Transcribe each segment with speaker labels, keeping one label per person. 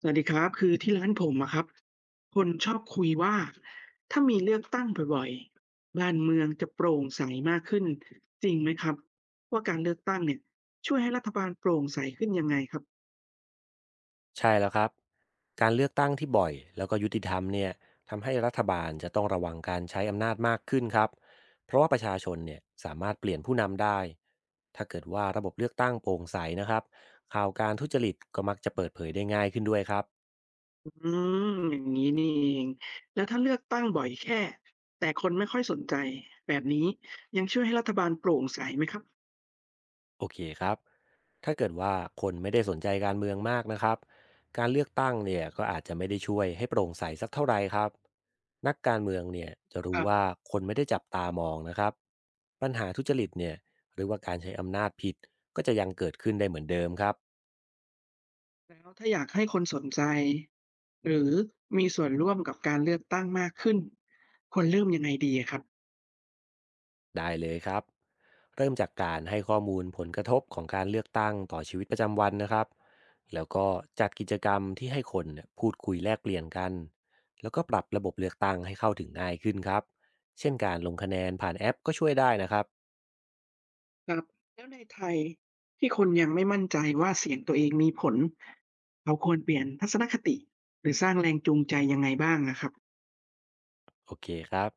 Speaker 1: สวัสดีครับคือที่ร้านผมอะครับคนชอบคุยว่าถ้ามีเลือกตั้งบ่อยๆบ้านเมืองจะโปร่งใสมากขึ้นจริงไหมครับว่าการเลือกตั้งเนี่ยช่วยให้รัฐบาลโปร่งใสขึ้นยังไงครับ
Speaker 2: ใช่แล้วครับการเลือกตั้งที่บ่อยแล้วก็ยุติธรรมเนี่ยทำให้รัฐบาลจะต้องระวังการใช้อำนาจมากขึ้นครับเพราะว่าประชาชนเนี่ยสามารถเปลี่ยนผู้นำได้ถ้าเกิดว่าระบบเลือกตั้งโปร่งใสนะครับข่าวการทุจริตก็มักจะเปิดเผยได้ง่ายขึ้นด้วยครับ
Speaker 1: อืมอย่างนี้นี่เองแล้วถ้าเลือกตั้งบ่อยแค่แต่คนไม่ค่อยสนใจแบบนี้ยังช่วยให้รัฐบาลโปร่งใสไหมครับ
Speaker 2: โอเคครับ ถ้าเกิดว่าคนไม่ได้สนใจการเมืองมากนะครับการเลือกตั้งเนี่ยก็อาจจะไม่ได้ช่วยให้โปร่งใสสักเท่าไหร่ครับ นักการเมืองเนี่ยจะ
Speaker 1: ค
Speaker 2: รู้
Speaker 1: รั
Speaker 2: ว่า
Speaker 1: บ
Speaker 2: คนไม่ได้จับตามองนะครับปัญหาทุจริตเนี่ยหรือว่าการใช้อำนาจผิดก็จะยังเกิดขึ้นได้เหมือนเดิมครับ
Speaker 1: แล้วถ้าอยากให้คนสนใจหรือมีส่วนร่วมกับการเลือกตั้งมากขึ้นควรเริ่มยังไงดีอะครับ
Speaker 2: ได้เลยครับเริ่มจากการให้ข้อมูลผลกระทบของการเลือกตั้งต่อชีวิตประจำวันนะครับแล้วก็จัดกิจกรรมที่ให้คนเนี่ยพูดคุยแลกเปลี่ยนกันแล้วก็ปรับระบบเลือกตั้งให้เข้าถึงง่ายขึ้นครับเช่นการลงคะแนนผ่านแอปก็ช่วยได้นะครับ
Speaker 1: ครับแล้วในไทยที่คนยังไม่มั่นใจว่าเสียงตัวเองมีผลเราควรเปลี่ยนทัศนคติหรือสร้างแรงจูงใจยังไงบ้างนะครับ
Speaker 2: โอเคครับ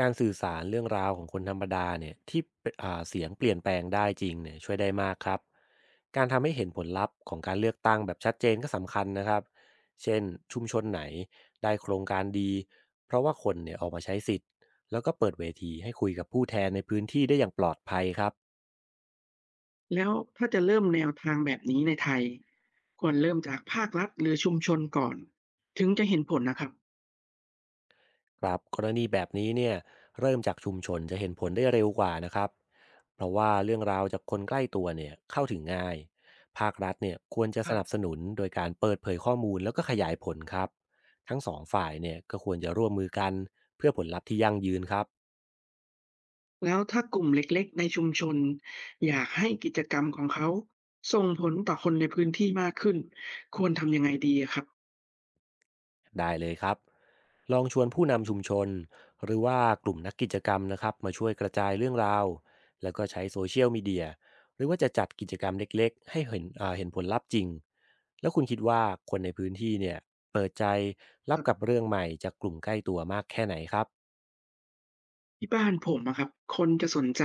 Speaker 2: การสื่อสารเรื่องราวของคนธรรมดาเนี่ยที่เปนเสียงเปลี่ยนแปลงได้จริงเนี่ยช่วยได้มากครับการทำให้เห็นผลลัพธ์ของการเลือกตั้งแบบชัดเจนก็สำคัญนะครับเช่นชุมชนไหนได้โครงการดีเพราะว่าคนเนี่ยออกมาใช้สิทธิ์แล้วก็เปิดเวทีให้คุยกับผู้แทนในพื้นที่ได้อย่างปลอดภัยครับ
Speaker 1: แล้วถ้าจะเริ่มแนวทางแบบนี้ในไทยควรเริ่มจากภาครัฐหรือชุมชนก่อนถึงจะเห็นผลนะครับ
Speaker 2: ครับกรณีแบบนี้เนี่ยเริ่มจากชุมชนจะเห็นผลได้เร็วกว่านะครับเพราะว่าเรื่องราวจากคนใกล้ตัวเนี่ยเข้าถึงง่ายภาครัฐเนี่ยควรจะ
Speaker 1: ค
Speaker 2: ส
Speaker 1: รับ
Speaker 2: นับสนุนโดยการเปิดเผยข้อมูลแล้วก็ขยายผลครับทั้งสองฝ่ายเนี่ยก็ควรจะร่วมมือกันเพื่อผลลัพธ์ที่ยั่งยืนครับ
Speaker 1: แล้วถ้ากลุ่มเล็กๆในชุมชนอยากให้กิจกรรมของเขาส่งผลต่อคนในพื้นที่มากขึ้นควรทำยังไงดีอะครับ
Speaker 2: ได้เลยครับลองชวนผู้นำชุมชนหรือว่ากลุ่มนักกิจกรรมนะครับมาช่วยกระจายเรื่องราวแล้วก็ใช้โซเชียลมีเดียหรือว่าจะจัดกิจกรรมเล็กๆให้เห็นเห็นผลลัพธ์จริงแล้วคุณคิดว่าคนในพื้นที่เนี่ยเปิดใจรับกับเรื่องใหม่จากกลุ่มใกล้ตัวมากแค่ไหนครับ
Speaker 1: ที่บ้านผมอะครับคนจะสนใจ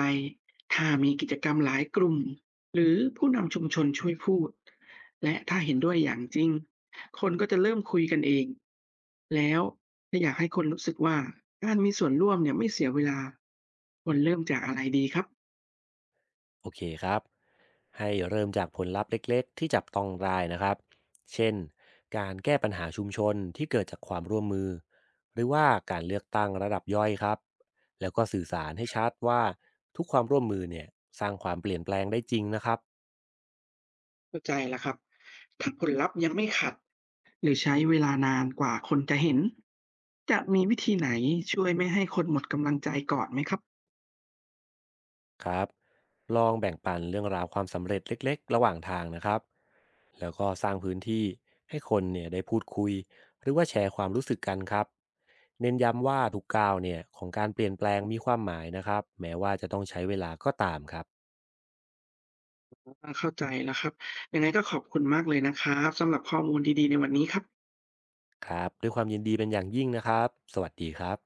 Speaker 1: ถ้ามีกิจกรรมหลายกลุ่มหรือผู้นำชุมชนช่วยพูดและถ้าเห็นด้วยอย่างจริงคนก็จะเริ่มคุยกันเองแล้วถ้าอยากให้คนรู้สึกว่าการมีส่วนร่วมเนี่ยไม่เสียเวลาควรเริ่มจากอะไรดีครับ
Speaker 2: โอเคครับให้เริ่มจากผลลัพธ์เล็กๆที่จับต้องได้นะครับเช่นการแก้ปัญหาชุมชนที่เกิดจากความร่วมมือหรือว่าการเลือกตั้งระดับย่อยครับแล้วก็สื่อสารให้ชัดว่าทุกความร่วมมือเนี่ยสร้างความเปลี่ยนแปลงได้จริงนะครับ
Speaker 1: เข้าใจแล้วครับถ้าผลลัพธ์ยังไม่ขัดหรือใช้เวลานานกว่าคนจะเห็นจะมีวิธีไหนช่วยไม่ให้คนหมดกำลังใจก่อนไหมครับ
Speaker 2: ครับลองแบ่งปันเรื่องราวความสำเร็จเล็กๆระหว่างทางนะครับแล้วก็สร้างพื้นที่ให้คนเนี่ยได้พูดคุยหรือว่าแชร์ความรู้สึกกันครับเน้นย้ำว่าทุกก้าวเนี่ยของการเปลี่ยนแปลงมีความหมายนะครับแม้ว่าจะต้องใช้เวลาก็ตามครับ
Speaker 1: เข้าใจแล้วครับยังไงก็ขอบคุณมากเลยนะครับสำหรับข้อมูลดีๆในวันนี้ครับ
Speaker 2: ครับด้วยความยินดีเป็นอย่างยิ่งนะครับสวัสดีครับ